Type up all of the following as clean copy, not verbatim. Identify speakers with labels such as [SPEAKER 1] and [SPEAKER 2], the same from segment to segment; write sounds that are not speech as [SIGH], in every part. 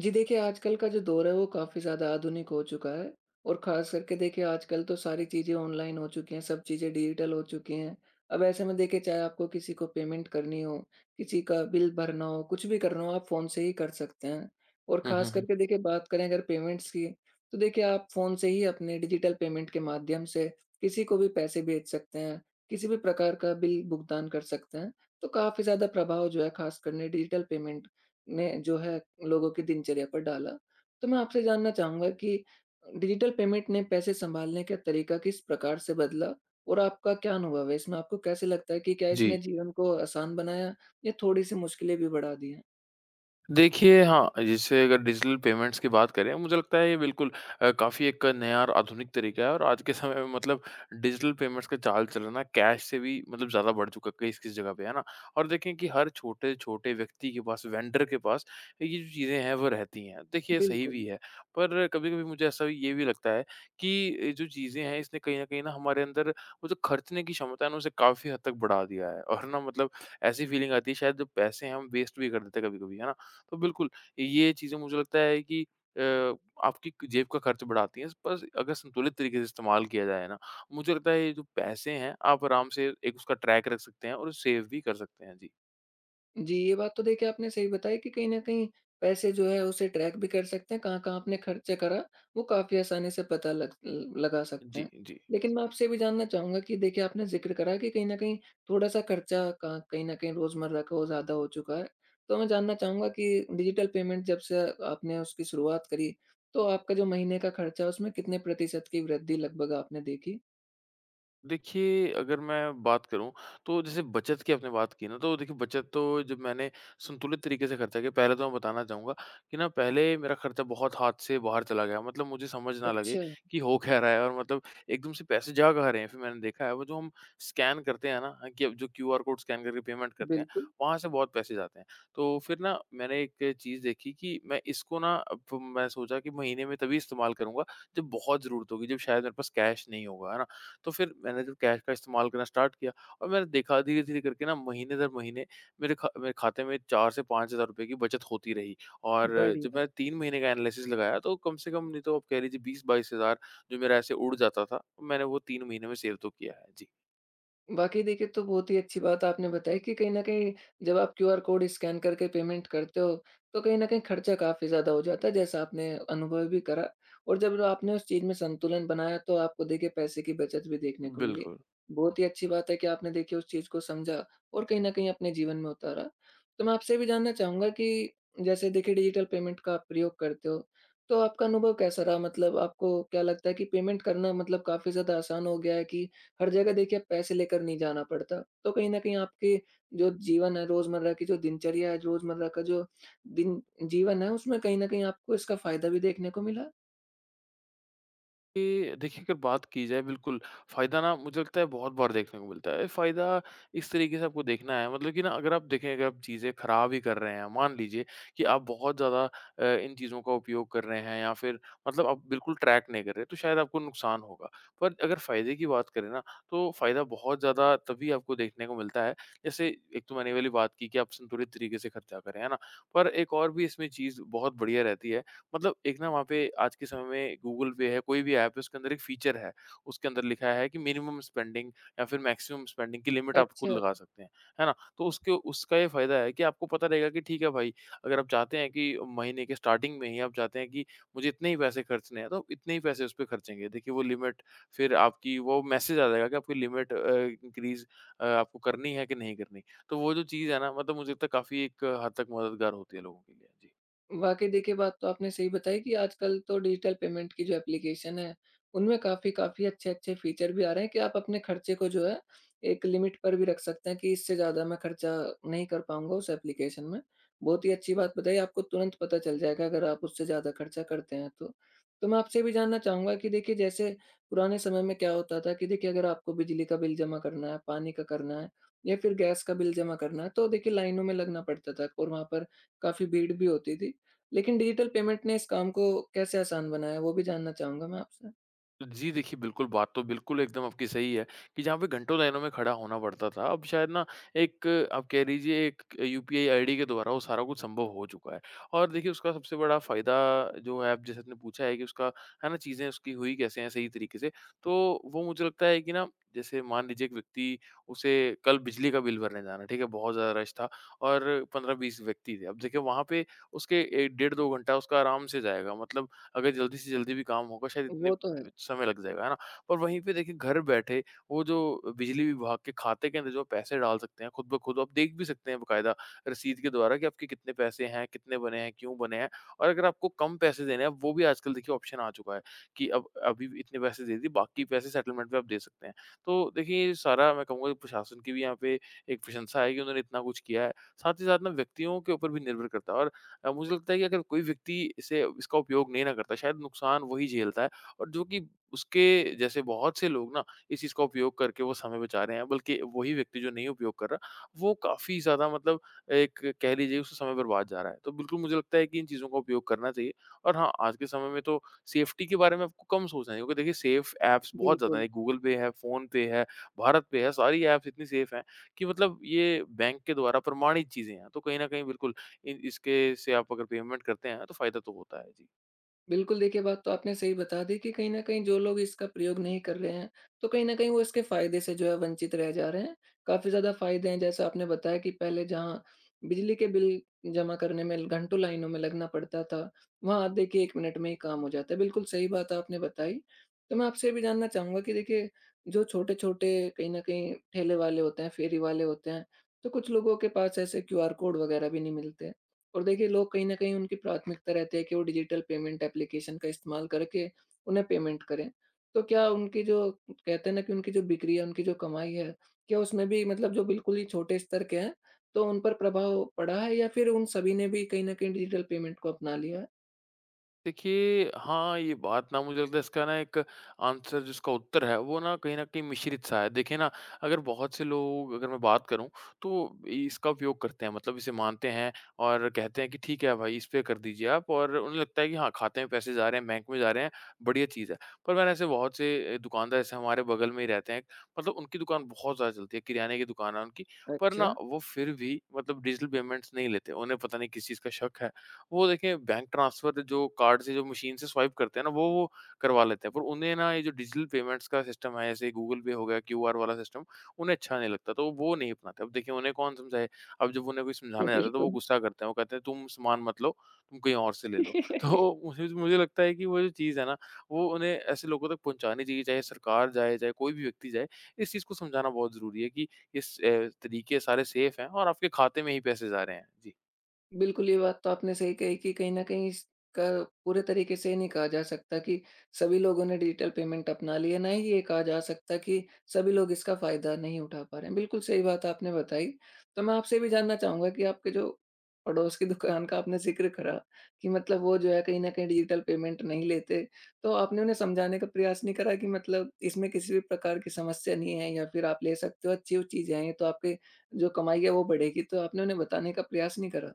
[SPEAKER 1] जी देखिए, आजकल का जो दौर है वो काफ़ी ज़्यादा आधुनिक हो चुका है और ख़ास करके देखिए आजकल तो सारी चीज़ें ऑनलाइन हो चुकी हैं, सब चीज़ें डिजिटल हो चुकी हैं। अब ऐसे में देखिए चाहे आपको किसी को पेमेंट करनी हो, किसी का बिल भरना हो, कुछ भी करना हो आप फ़ोन से ही कर सकते हैं। और
[SPEAKER 2] हुँ, हुँ,
[SPEAKER 1] ख़ास
[SPEAKER 2] हुँ।
[SPEAKER 1] करके देखिए बात करें अगर पेमेंट्स की, तो देखिए आप फ़ोन से ही अपने डिजिटल पेमेंट के माध्यम से किसी को भी पैसे भेज सकते हैं, किसी भी प्रकार का बिल भुगतान कर सकते हैं। तो काफ़ी ज़्यादा प्रभाव जो है ख़ास कर ने डिजिटल पेमेंट ने जो है लोगों की दिनचर्या पर डाला। तो मैं आपसे जानना चाहूँगा कि डिजिटल पेमेंट ने पैसे सँभालने का तरीका किस प्रकार से बदला और आपका क्या अनुभव है इसमें? आपको कैसे लगता है कि क्या
[SPEAKER 2] जी।
[SPEAKER 1] इसने जीवन को आसान बनाया या थोड़ी-सी मुश्किलें भी बढ़ा दी हैं?
[SPEAKER 2] देखिए, हाँ, जैसे अगर डिजिटल पेमेंट्स की बात करें, मुझे लगता है ये बिल्कुल काफ़ी एक नया और आधुनिक तरीका है और आज के समय में मतलब डिजिटल पेमेंट्स का चाल चलन ना कैश से भी मतलब ज़्यादा बढ़ चुका है किस-किस जगह पे, है ना? और देखें कि हर छोटे-छोटे व्यक्ति के पास, वेंडर के पास ये जो चीज़ें हैं, वो रहती हैं। देखिए, सही भी
[SPEAKER 1] बिल्कुल।
[SPEAKER 2] है, पर कभी-कभी मुझे ये भी लगता है कि ये जो चीज़ें हैं, इसने कहीं न कहीं ना हमारे अंदर वो जो खर्चने की क्षमता है ना, उसे काफ़ी हद तक बढ़ा दिया है और ना मतलब ऐसी फीलिंग आती है शायद जो पैसे हम वेस्ट भी कर देते हैं कभी-कभी, है ना? तो बिल्कुल, ये चीज़ें मुझे लगता है कि अ, आपकी क जेब का खर्च बढ़ाती हैं, पर अगर संतुलित तरीके से इस्तेमाल किया जाए ना, मुझे लगता है ये जो पैसे हैं, आप आराम से एक उसका ट्रैक रख सकते हैं और सेव भी कर सकते हैं। जी।
[SPEAKER 1] जी, ये बात तो देखिए आपने सही बताई कि कहीं न कहीं पैसे जो है उसे ट्रैक भी कर सकते हैं, कहाँ-कहाँ आपने खर्चे करा, वो काफ़ी आसानी से पता लग ल लगा सकते
[SPEAKER 2] जी,
[SPEAKER 1] हैं।
[SPEAKER 2] जी।
[SPEAKER 1] लेकिन मैं आपसे ये भी जानना चाहूँगा कि देखिए आपने ज़िक्र करा कि कहीं न कहीं थोड़ा-सा खर्चा कहाँ कहीं न कहीं रोज़मर्रा का वो ज़्यादा हो चुका है। तो मैं जानना चाहूँगा कि डिजिटल पेमेंट जब से आपने उसकी शुरुआत करी, तो आपका जो महीने का खर्चा है उसमें कितने प्रतिशत की वृद्धि लगभग आपने देखी?
[SPEAKER 2] देखिए, अगर मैं बात करूँ, तो जैसे बचत की आपने बात की ना, तो देखिए बचत तो जब मैंने संतुलित तरीके से खर्चा किया, पहले तो मैं बताना चाहूँगा कि ना पहले मेरा खर्चा बहुत हाथ से बाहर चला गया। मतलब मुझे समझ ना लगे
[SPEAKER 1] अच्छा,
[SPEAKER 2] कि हो क्या रहा है और मतलब एकदम से पैसे जा कहाँ रहे हैं। फिर मैंने देखा है वो जो हम स्कैन करते हैं ना, हाँ, कि अब जो क्यूआर कोड स्कैन करके पेमेंट करते हैं,
[SPEAKER 1] बिल्कुल,
[SPEAKER 2] वहाँ से बहुत पैसे जाते हैं। तो फिर ना मैंने एक चीज़ देखी कि मैं इसको ना अब मैं सोचा कि महीने में तभी इस्तेमाल करूँगा जब बहुत ज़रूरत होगी, जब शायद मेरे पास कैश नहीं होगा, है ना? तो फिर मैंने जब कैश का इस्तेमाल करना स्टार्ट किया और मैंने देखा धीरे-धीरे करके ना महीने दर महीने मेरे खाते में 4 से 5,000 रुपए की बचत होती रही। और जब
[SPEAKER 1] बढ़िया।
[SPEAKER 2] मैंने 3 महीने का एनालिसिस लगाया तो कम से कम नहीं तो आप कह लीजिए 20-22,000 जो मेरा ऐसे उड़ जाता था, मैंने वो 3 महीने में सेव तो किया है। जी।
[SPEAKER 1] वाक़ई देखिए, तो बहुत ही अच्छी बात आपने बताई कि कहीं न कहीं जब आप क्यूआर कोड स्कैन करके पेमेंट करते हो, तो कहीं न कहीं खर्चा काफ़ी ज़्यादा हो जाता है, जैसा आपने अनुभव भी करा और जब आपने उस चीज़ में संतुलन बनाया, तो आपको देखिए पैसे की बचत भी देखने को मिली।
[SPEAKER 2] बिल्कुल।
[SPEAKER 1] बहुत ही अच्छी बात है कि आपने देखिए उस चीज़ को समझा और कहीं न कहीं अपने जीवन में उतारा। तो मैं आपसे ये भी जानना चाहूँगा कि जैसे देखिए डिजिटल पेमेंट का आप प्रयोग करते हो, तो आपका अनुभव कैसा रहा? मतलब आपको क्या लगता है कि पेमेंट करना मतलब काफ़ी ज़्यादा आसान हो गया है कि हर जगह देखिए पैसे लेकर नहीं जाना पड़ता। तो कहीं न कहीं आपके जो जीवन है, रोज़मर्रा की जो दिनचर्या है, रोज़मर्रा का जो दिन जीवन है उसमें कहीं न कहीं आपको इसका फ़ायदा भी देखने को मिला?
[SPEAKER 2] ये देखिए अगर बात की जाए बिल्कुल फ़ायदा ना मुझे लगता है बहुत बार देखने को मिलता है। फ़ायदा इस तरीके से आपको देखना है मतलब कि ना अगर आप देखें अगर आप चीज़ें ख़राब ही कर रहे हैं, मान लीजिए कि आप बहुत ज़्यादा इन चीज़ों का उपयोग कर रहे हैं या फिर मतलब आप बिल्कुल ट्रैक नहीं कर रहे, तो शायद आपको नुकसान होगा। पर अगर फ़ायदे की बात करें ना तो फ़ायदा बहुत ज़्यादा तभी आपको देखने को मिलता है जैसे एक तो मैंने ये वाली बात की कि आप संतुलित तरीके से खर्चा करें, है ना? पर एक और भी इसमें चीज़ बहुत बढ़िया रहती है मतलब एक ना वहाँ पे आज के समय में गूगल पे है, कोई भी ऐप है, उसके अंदर एक फ़ीचर है। उसके अंदर लिखा है कि मिनिमम स्पेंडिंग या फिर मैक्सिमम स्पेंडिंग की लिमिट आप खुद
[SPEAKER 1] अच्छा।
[SPEAKER 2] लगा सकते हैं। है ना? तो उसके उसका ये फ़ायदा है कि आपको पता रहेगा कि ठीक है भाई, अगर आप चाहते हैं कि महीने के स्टार्टिंग में ही आप चाहते हैं कि मुझे इतने ही पैसे खर्चने हैं, तो इतने ही पैसे उस पे खर्चेंगे। देखिए वो लिमिट फिर आपकी वो मैसेज आ जाएगा कि आपकी लिमिट इंक्रीज़ आपको करनी है कि नहीं करनी। तो वो जो चीज़ है ना मतलब मुझे लगता है काफ़ी एक हद तक मददगार होती है लोगों के लिए। जी।
[SPEAKER 1] वाक़ई देखिए, बात तो आपने सही बताई कि आजकल तो डिजिटल पेमेंट की जो एप्लीकेशन है, उनमें काफ़ी काफ़ी अच्छे-अच्छे फ़ीचर भी आ रहे हैं कि आप अपने खर्चे को जो है, एक लिमिट पर भी रख सकते हैं कि इससे ज़्यादा मैं खर्चा नहीं कर पाऊँगा उस एप्लीकेशन में। बहुत ही अच्छी बात बताई, आपको तुरंत पता चल जाएगा अगर आप उससे ज़्यादा खर्चा करते हैं तो। तो मैं आपसे भी जानना चाहूँगा कि देखिए, जैसे पुराने समय में क्या होता था कि देखिए, अगर आपको बिजली का बिल जमा करना है, पानी का करना है या फिर गैस का बिल जमा करना है, तो देखिए लाइनों में लगना पड़ता था और वहाँ पर काफ़ी भीड़ भी होती थी। लेकिन डिजिटल पेमेंट ने इस काम को कैसे आसान बनाया है? वो भी जानना चाहूँगा मैं आपसे।
[SPEAKER 2] जी देखिए, बिल्कुल बात तो बिल्कुल एकदम आपकी सही है कि जहाँ पे घंटों लाइनों में खड़ा होना पड़ता था, अब शायद ना एक आप कह लीजिए एक यूपीआई आईडी के द्वारा वो सारा कुछ संभव हो चुका है। और देखिए उसका सबसे बड़ा फ़ायदा जो है, आप जैसे आपने पूछा है कि उसका है ना चीज़ें उसकी हुई कैसे हैं सही तरीके से, तो वो मुझे लगता है कि ना जैसे मान लीजिए एक व्यक्ति उसे कल बिजली का बिल भरने जाना, ठीक है? बहुत ज़्यादा रश था और 15-20 व्यक्ति थे। अब देखिए वहाँ पे उसके ए डेढ़ 2 घंटा उसका आराम से जाएगा मतलब अगर जल्दी से जल्दी भी काम होगा शायद इतने
[SPEAKER 1] वो तो है।
[SPEAKER 2] समय लग जाएगा, है ना? और वहीं पे देखिए घर बैठे वो जो बिजली विभाग के खाते के अंदर जो पैसे डाल सकते हैं खुद ब खुद, आप देख भी सकते हैं बकायदा रसीद के द्वारा कि आपके कितने पैसे हैं, कितने बने हैं, क्यों बने हैं और अगर आपको कम पैसे देने हैं, वो भी आजकल देखिए ऑप्शन आ चुका है कि अब अभी भी इतने पैसे दे दिए, बाकी पैसे सेटलमेंट में आप दे सकते हैं। तो देखिए ये सारा मैं कहूँगा कि प्रशासन की भी यहाँ पे एक प्रशंसा है कि उन्होंने इतना कुछ किया है। साथ ही साथ ना व्यक्तियों के ऊपर भी निर्भर करता है और मुझे लगता है कि अगर कोई व्यक्ति इसे इसका उपयोग नहीं ना करता, शायद नुकसान वही झेलता है और जो कि उसके जैसे बहुत से लोग ना इस चीज़ का उपयोग करके वो समय बचा रहे हैं, बल्कि वही व्यक्ति जो नहीं उपयोग कर रहा, वो काफ़ी ज़्यादा मतलब एक कह लीजिए उसका समय बर्बाद जा रहा है। तो बिल्कुल मुझे लगता है कि इन चीज़ों का उपयोग करना चाहिए और हाँ, आज के समय में तो सेफ्टी के बारे में आपको कम सोचना है क्योंकि देखिए सेफ ऐप्स बहुत ज़्यादा
[SPEAKER 1] बिल्कुल।
[SPEAKER 2] हैं, गूगल पे है, फ़ोनपे है, भारत पे है, सारी ऐप्स इतनी सेफ हैं कि मतलब ये बैंक के द्वारा प्रमाणित चीज़ें हैं। तो कहीं न कहीं बिल्कुल इन इसके से आप अगर पेमेंट करते हैं तो फ़ायदा तो होता है। जी।
[SPEAKER 1] बिल्कुल देखिए, बात तो आपने सही बता दी कि कहीं न कहीं जो लोग इसका प्रयोग नहीं कर रहे हैं, तो कहीं न कहीं वो इसके फ़ायदे से जो है वंचित रह जा रहे हैं। काफ़ी ज़्यादा फ़ायदे हैं जैसा आपने बताया कि पहले जहाँ बिजली के बिल जमा करने में घंटों लाइनों में लगना पड़ता था, वहाँ आप देखिए 1 मिनट में ही काम हो जाता है। बिल्कुल सही बात आपने बताई। तो मैं आपसे ये भी जानना चाहूँगा कि देखिए जो छोटे-छोटे कहीं न कहीं ठेले वाले होते हैं, फेरी वाले होते हैं, तो कुछ लोगों के पास ऐसे क्यूआर कोड वगैरह भी नहीं मिलते। और देखिए लोग कहीं न कहीं उनकी प्राथमिकता रहती है कि वो डिजिटल पेमेंट एप्लीकेशन का इस्तेमाल करके उन्हें पेमेंट करें। तो क्या उनकी जो कहते हैं ना कि उनकी जो बिक्री है, उनकी जो कमाई है, क्या उसमें भी मतलब जो बिल्कुल ही छोटे स्तर के हैं, तो उन पर प्रभाव पड़ा है या फिर उन सभी ने भी कहीं न कहीं डिजिटल पेमेंट को अपना लिया है?
[SPEAKER 2] देखिए, हाँ, ये बात ना मुझे लगता है इसका ना एक आंसर जिसका उत्तर है वो ना कहीं न कहीं मिश्रित-सा है। देखिए ना, अगर बहुत से लोग अगर मैं बात करूँ तो इसका उपयोग करते हैं मतलब इसे मानते हैं और कहते हैं कि ठीक है भाई, इस पे कर दीजिए आप और उन्हें लगता है कि हाँ, खाते में पैसे जा रहे हैं, बैंक में जा रहे हैं, बढ़िया चीज़ है। पर मैंने ऐसे बहुत से दुकानदार जैसे हमारे बगल में ही रहते हैं, मतलब उनकी दुकान बहुत ज़्यादा चलती है, किराने की दुकान है उनकी। पर
[SPEAKER 1] अच्छा,
[SPEAKER 2] ना वो फिर भी मतलब डिजिटल पेमेंट्स नहीं लेते, उन्हें पता नहीं किस चीज़ का शक है वो देखिए बैंक ट्रांसफ़र जो कार्ड से जो मशीन से स्वाइप करते हैं ना, वो करवा लेते हैं। पर उन्हें ना ये जो डिजिटल पेमेंट्स का सिस्टम है, जैसे गूगल पे हो गया, क्यूआर वाला सिस्टम, उन्हें अच्छा नहीं लगता, तो वो नहीं अपनाते। अब देखिए उन्हें कौन समझाए? अब जब उन्हें कोई समझाने
[SPEAKER 1] [LAUGHS]
[SPEAKER 2] जाता है, तो वो
[SPEAKER 1] बिल्कुल।
[SPEAKER 2] गुस्सा करते हैं, वो कहते हैं, "तुम सामान मत लो, तुम कहीं और से ले लो।" [LAUGHS]
[SPEAKER 1] [LAUGHS]
[SPEAKER 2] तो मुझे मुझे लगता है कि वो जो चीज़ है ना, वो उन्हें ऐसे लोगों तक पहुँचानी चाहिए, चाहे सरकार जाए, चाहे कोई भी व्यक्ति जाए। इस चीज़ को समझाना बहुत ज़रूरी है कि इस अ, तरीके सारे सेफ़ हैं और आपके खाते में ही पैसे जा रहे हैं। जी।
[SPEAKER 1] बिल्कुल, ये बात तो आपने सही कही कि कहीं न कहीं इसका पूरे तरीके से नहीं कहा जा सकता कि सभी लोगों ने डिजिटल पेमेंट अपना ली है, ना ही ये कहा जा सकता कि सभी लोग इसका फ़ायदा नहीं उठा पा रहे हैं। बिल्कुल सही बात आपने बताई। तो मैं आपसे भी जानना चाहूँगा कि आपके जो पड़ोस की [LAUGHS] दुकान का आपने ज़िक्र करा कि मतलब वो जो है कहीं न कहीं डिजिटल पेमेंट नहीं लेते, तो आपने उन्हें समझाने का प्रयास नहीं करा कि मतलब इसमें किसी भी प्रकार की समस्या नहीं है या फिर आप ले सकते हो, अच्छी वो चीज़ें हैं, ये तो आपके जो कमाई है वो बढ़ेगी, तो आपने उन्हें बताने का प्रयास नहीं करा?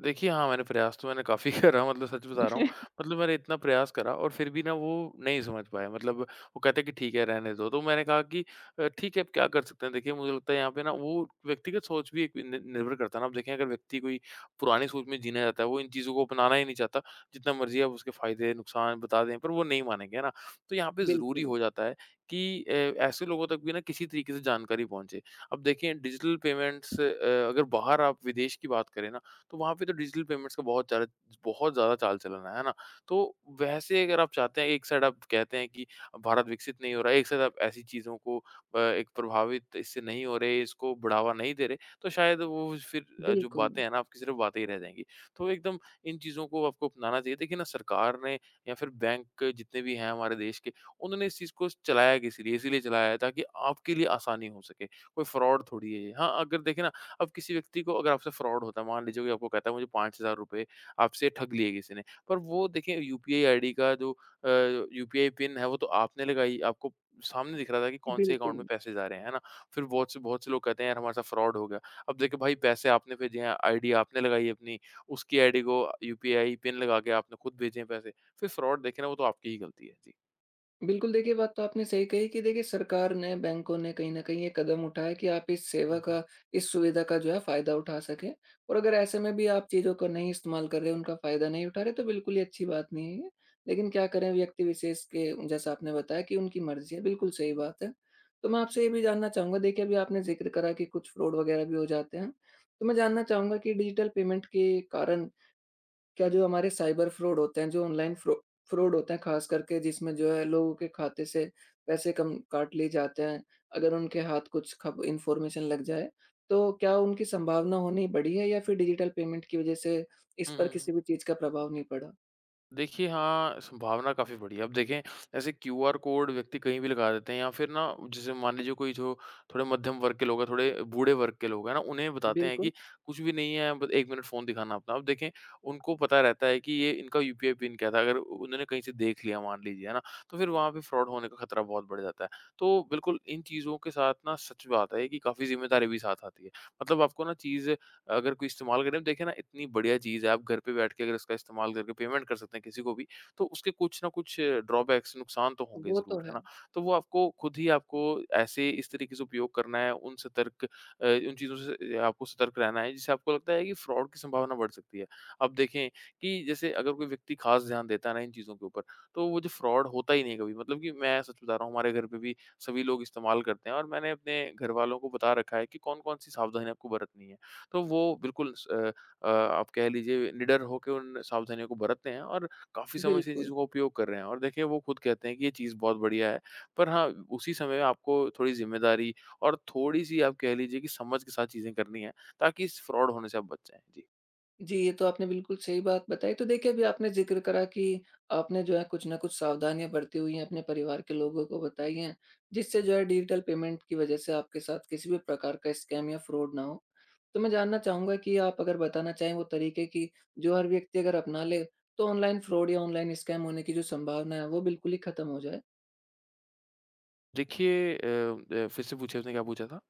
[SPEAKER 2] देखिए, हाँ, मैंने प्रयास तो मैंने काफ़ी [LAUGHS] करा मतलब सच बता रहा हूँ। मतलब मैंने इतना प्रयास करा और फिर भी ना वो नहीं समझ पाए मतलब वो कहते हैं कि ठीक है रहने दो। तो मैंने कहा कि ठीक है अब क्या कर सकते हैं? देखिए मुझे लगता है यहाँ पे ना वो व्यक्तिगत सोच भी एक नि निर्भर करता है ना। आप देखें अगर व्यक्ति कोई पुरानी सोच में जीना चाहता है, वो इन चीज़ों को अपनाना ही नहीं चाहता, जितना मर्ज़ी आप उसके फ़ायदे, नुकसान बता दें पर वो नहीं मानेंगे, है ना? तो यहाँ पे ज़रूरी
[SPEAKER 1] बिल्कुल,
[SPEAKER 2] हो जाता है कि ऐसे लोगों तक भी ना किसी तरीके से जानकारी पहुँचे। अब देखिए डिजिटल पेमेंट्स अगर बाहर आप विदेश की बात करें ना तो वहाँ पे तो डिजिटल पेमेंट्स का बहुत ज़्यादा चाल चलन है ना? तो वैसे अगर आप चाहते हैं एक साइड आप कहते हैं कि भारत विकसित नहीं हो रहा है, एक साइड आप ऐसी चीज़ों को एक प्रभावित इससे नहीं हो रहे, इसको बढ़ावा नहीं दे रहे, तो शायद वो फिर जो
[SPEAKER 1] बिल्कुल,
[SPEAKER 2] बातें हैं ना आपकी सिर्फ़ बातें ही रह जाएँगी। तो एकदम इन चीज़ों को आपको अपनाना चाहिए। देखिए ना सरकार ने या फिर बैंक जितने भी हैं हमारे देश के, उन्होंने इस चीज़ को चलाया किस लिए? इसीलिए चलाया है ताकि आपके लिए आसानी हो सके, कोई फ्रॉड थोड़ी है ये। हाँ, अगर देखें ना अब किसी व्यक्ति को अगर आपसे फ्रॉड होता है, मान लीजिए कोई आपको कहता है मुझे ₹5000 आपसे ठग लिए किसी ने, पर वो देखें यूपीआई आईडी का जो यूपीआई पिन है वो तो आपने लगाई, आपको सामने दिख रहा था कि कौन से अकाउंट में
[SPEAKER 1] बिल्कुल।
[SPEAKER 2] पैसे जा रहे हैं, है ना। फिर बहुत से लोग कहते हैं यार हमारे साथ फ्रॉड हो गया। अब देखिए भाई, पैसे आपने भेजे हैं, आईडी आपने लगाई अपनी, उसकी आईडी को यूपीआई पिन लगा के आपने खुद भेजे हैं पैसे। फिर फ्रॉड देखे ना, वो तो आपकी ही गलती है जी।
[SPEAKER 1] बिल्कुल, देखिए बात तो आपने सही कही कि देखिए सरकार ने, बैंकों ने कहीं न कहीं ये कदम उठाया कि आप इस सेवा
[SPEAKER 2] हम्म।
[SPEAKER 1] का, इस सुविधा का जो है फ़ायदा उठा सकें और अगर ऐसे में भी आप चीज़ों को नहीं इस्तेमाल कर रहे, उनका फ़ायदा नहीं उठा रहे तो बिल्कुल ही अच्छी बात नहीं है ये। लेकिन क्या करें व्यक्ति विशेष के जैसा आपने बताया कि उनकी मर्ज़ी है, बिल्कुल सही बात है। तो मैं आपसे ये भी जानना चाहूँगा देखिए अभी आपने ज़िक्र करा कि कुछ फ्रॉड वगैरह भी हो जाते हैं। तो मैं जानना चाहूँगा कि डिजिटल पेमेंट के कारण क्या जो हमारे साइबर फ्रॉड होते हैं, जो ऑनलाइन फ्रॉड होते हैं, ख़ास करके जिसमें जो है लोगों के खाते से पैसे कम काट लिए जाते हैं, अगर उनके हाथ कुछ खब इन्फॉर्मेशन लग जाए, तो क्या उनकी संभावना होनी बढ़ी है या फिर डिजिटल पेमेंट की वज़ह से इस
[SPEAKER 2] हम्म
[SPEAKER 1] पर
[SPEAKER 2] हम्म हम्म।
[SPEAKER 1] किसी भी चीज़ का प्रभाव नहीं पड़ा?
[SPEAKER 2] देखिए, हाँ, संभावना काफ़ी बड़ी है। अब देखें, ऐसे क्यूआर कोड व्यक्ति कहीं भी लगा देते हैं या फिर ना, जैसे मान लीजिए कोई जो थोड़े मध्यम वर्ग के लोग हैं, थोड़े बूढ़े वर्ग के लोग हैं ना, उन्हें बताते हैं कि
[SPEAKER 1] बिल्कुल,
[SPEAKER 2] कुछ भी नहीं है, बस 1 मिनट फ़ोन दिखाना अपना। अब देखें, उनको पता रहता है कि ये इनका यूपीआई पिन क्या था, अगर उन्होंने कहीं से देख लिया मान लीजिए, है ना, तो फिर वहाँ पे फ्रॉड होने का खतरा बहुत बढ़ जाता है। तो बिल्कुल, इन चीज़ों के साथ ना सच बात है कि काफ़ी ज़िम्मेदारी भी साथ आती है। मतलब आपको ना चीज़ अगर कोई इस्तेमाल करें, देखिए ना इतनी बढ़िया चीज़ है, आप घर पे बैठ के अगर उसका इस्तेमाल करके पेमेंट कर सकते हैं किसी को भी, तो उसके कुछ ना कुछ ड्रॉबैक्स नुकसान तो होंगे
[SPEAKER 1] वो
[SPEAKER 2] ज़रूर,
[SPEAKER 1] तो
[SPEAKER 2] है ना?
[SPEAKER 1] है।
[SPEAKER 2] तो वो आपको खुद ही आपको ऐसे इस तरीके से उपयोग करना है, उन चीज़ों से आपको सतर्क रहना है जिससे आपको लगता है कि फ्रॉड की संभावना बढ़ सकती है। अब देखें कि जैसे अगर कोई व्यक्ति ख़ास ध्यान देता है ना इन चीज़ों के ऊपर, तो वो जो फ्रॉड होता ही नहीं कभी। मतलब कि मैं सच बता रहा हूँ, हमारे घर पे भी सभी लोग इस्तेमाल करते हैं और मैंने अपने घरवालों को बता रखा है कि कौन-कौन सी सावधानियाँ आपको बरतनी है। तो वो बिल्कुल आप कह लीजिए निडर होके उन सावधानियों को बरतते हैं और काफ़ी समय से इन
[SPEAKER 1] बिल्कुल।
[SPEAKER 2] चीज़ों का उपयोग कर रहे हैं और देखिए वो खुद कहते हैं कि ये चीज़ बहुत बढ़िया है। पर हाँ, उसी समय आपको थोड़ी ज़िम्मेदारी और थोड़ी-सी आप कह लीजिए कि समझ के साथ चीज़ें करनी हैं, ताकि इस फ्रॉड होने से आप बच जाएँ। जी।
[SPEAKER 1] जी, ये तो आपने बिल्कुल सही बात बताई। तो देखिए, अभी आपने ज़िक्र करा कि आपने जो है कुछ न कुछ सावधानियाँ बरती हुई हैं, अपने परिवार के लोगों को बताई हैं, जिससे जो है डिजिटल पेमेंट की वज़ह से आपके साथ किसी भी प्रकार का स्कैम या फ्रॉड ना हो। तो मैं जानना चाहूँगा कि आप अगर बताना चाहें वो तरीके कि जो हर व्यक्ति अगर अपना ले, तो ऑनलाइन फ्रॉड या ऑनलाइन स्कैम होने की जो संभावना है, वो बिल्कुल ही खत्म हो जाए?
[SPEAKER 2] देखिए अ फिर से पूछिए, आपने क्या पूछा था?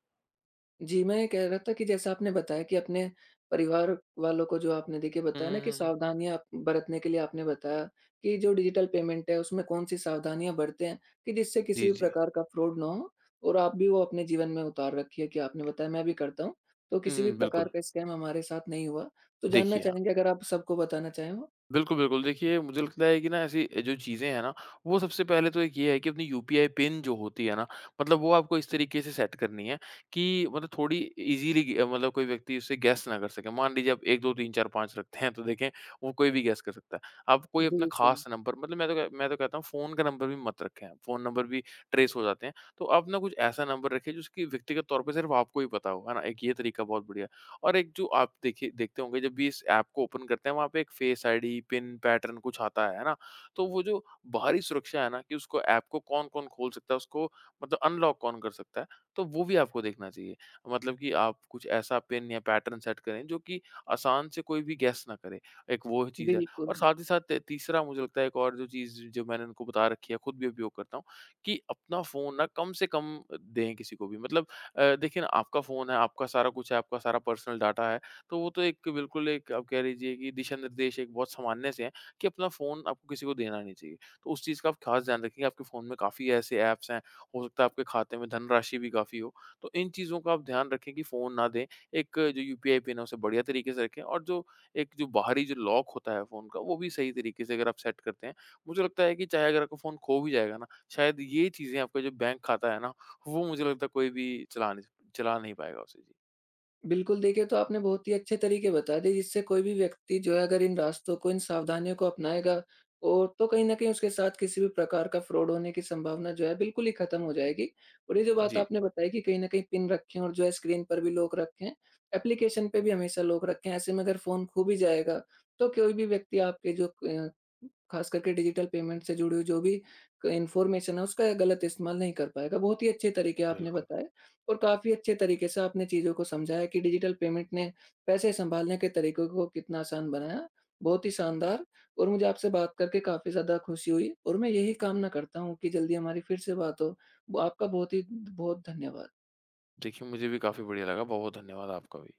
[SPEAKER 1] जी, मैं ये कह रहा था कि जैसा आपने बताया कि अपने परिवार वालों को जो आपने देखिए
[SPEAKER 2] हुँ,
[SPEAKER 1] बताया ना
[SPEAKER 2] हुँ,
[SPEAKER 1] कि
[SPEAKER 2] हुँ, हुँ।
[SPEAKER 1] सावधानियाँ बरतने के लिए आपने बताया कि जो डिजिटल पेमेंट है, उसमें कौन-सी सावधानियाँ बरतें कि जिससे किसी
[SPEAKER 2] जी,
[SPEAKER 1] भी
[SPEAKER 2] जी।
[SPEAKER 1] प्रकार का फ्रॉड ना हो और आप भी वो अपने जीवन में उतार रखी है कि आपने बताया मैं भी करता हूँ, तो
[SPEAKER 2] हुँ,
[SPEAKER 1] किसी भी
[SPEAKER 2] हुँ,
[SPEAKER 1] प्रकार
[SPEAKER 2] बिल्कुल।
[SPEAKER 1] का स्कैम हमारे साथ नहीं हुआ। तो जानना
[SPEAKER 2] देखिए
[SPEAKER 1] चाहेंगे अगर आप सबको बताना चाहें वो?
[SPEAKER 2] बिल्कुल। देखिए, मुझे लगता है कि ना ऐसी जो चीज़ें हैं ना, वो सबसे पहले तो एक ये है कि अपनी यूपीआई पिन जो होती है ना, मतलब वो आपको इस तरीके से सेट करनी है कि मतलब थोड़ी ईज़िली ग मतलब कोई व्यक्ति उसे गैस ना कर सके। मान लीजिए आप 1, 2, 3, 4, 5 रखते हैं, तो देखें वो कोई भी गैस कर सकता है। आप कोई अपना
[SPEAKER 1] बिल्कुल,
[SPEAKER 2] ख़ास नंबर, मतलब मैं तो कहता हूँ फ़ोन का नंबर भी मत रखें आप, फ़ोन नंबर भी ट्रेस हो जाते हैं। तो आप ना कुछ ऐसा नंबर रखें, जिसकी व्यक्तिगत तौर पे सिर्फ़ आपको ही पता हो, है ना? एक ये तरीका बहुत बढ़िया है। और एक जो आप देखिए देखते होंगे जब भी इस ऐप को ओपन करते हैं वहाँ पे एक फेस आईडी, पिन, पैटर्न कुछ आता है ना? तो वो जो बाहरी सुरक्षा है ना कि उसको ऐप को कौन-कौन खोल सकता है, उसको मतलब अनलॉक कौन कर सकता है, तो वो भी आपको देखना चाहिए। मतलब कि आप कुछ ऐसा पिन या पैटर्न सेट करें जो कि आसान से कोई भी गेस ना करे, एक वो चीज़ है। और
[SPEAKER 1] बिल्कुल।
[SPEAKER 2] साथ ही साथ तीसरा, मुझे लगता है एक और जो चीज़ जो मैंने उनको बता रखी है, खुद भी उपयोग करता हूँ, कि अपना फ़ोन ना कम से कम दें किसी को भी। मतलब देखिए ना, आपका फ़ोन है, आपका सारा कुछ है, आपका सारा पर्सनल डाटा है, तो वो तो एक बिल्कुल एक आप कह लीजिए कि दिशा-निर्देश एक बहुत सामान्य से हैं कि अपना फ़ोन आपको किसी को देना नहीं चाहिए। तो उस चीज़ का आप ख़ास ध्यान रखेंगे, आपके फ़ोन में काफ़ी ऐसे ऐप्स हैं, हो सकता है आपके खाते में धनराशि भी काफ़ी हो, तो इन चीज़ों का आप ध्यान रखें कि फ़ोन ना दें। एक जो यूपीआई पिन है उसे बढ़िया तरीके से रखें और जो बाहरी जो लॉक होता है फ़ोन का, वो भी सही तरीके से अगर आप सेट करते हैं, मुझे लगता है कि चाहे अगर आपका फ़ोन खो भी जाएगा ना, शायद ये चीज़ें आपका जो बैंक खाता है ना, वो मुझे लगता है कोई भी चला नहीं पाएगा उसे। जी।
[SPEAKER 1] बिल्कुल, देखिए तो आपने बहुत ही अच्छे तरीके बता दिए जिससे कोई भी व्यक्ति जो है अगर इन रास्तों को, इन सावधानियों को अपनाएगा और तो कहीं न कहीं उसके साथ किसी भी प्रकार का फ्रॉड होने की संभावना जो है बिल्कुल ही खत्म हो जाएगी। और ये जो बात
[SPEAKER 2] जी।
[SPEAKER 1] आपने बताई कि कहीं न कहीं पिन रखें और जो है स्क्रीन पर भी लॉक रखें, एप्लीकेशन पे भी हमेशा लॉक रखें, ऐसे में अगर फ़ोन खो भी जाएगा तो कोई भी व्यक्ति आपके जो खास करके डिजिटल पेमेंट से जुड़ी हुई जो भी क इन्फॉर्मेशन है उसका गलत इस्तेमाल नहीं कर पाएगा। बहुत ही अच्छे तरीके आपने
[SPEAKER 2] बिल्कुल।
[SPEAKER 1] बताए। और काफ़ी अच्छे तरीके से आपने चीज़ों को समझाया कि डिजिटल पेमेंट ने पैसे सँभालने के तरीकों को कितना आसान बनाया। बहुत ही शानदार और मुझे आपसे बात करके काफ़ी ज़्यादा खुशी हुई और मैं यही कामना करता हूँ कि जल्दी हमारी फिर से बात हो। ब आपका बहुत ही बहुत धन्यवाद।
[SPEAKER 2] देखिए, मुझे भी काफ़ी बढ़िया लगा। बहुत-बहुत धन्यवाद आपका भी।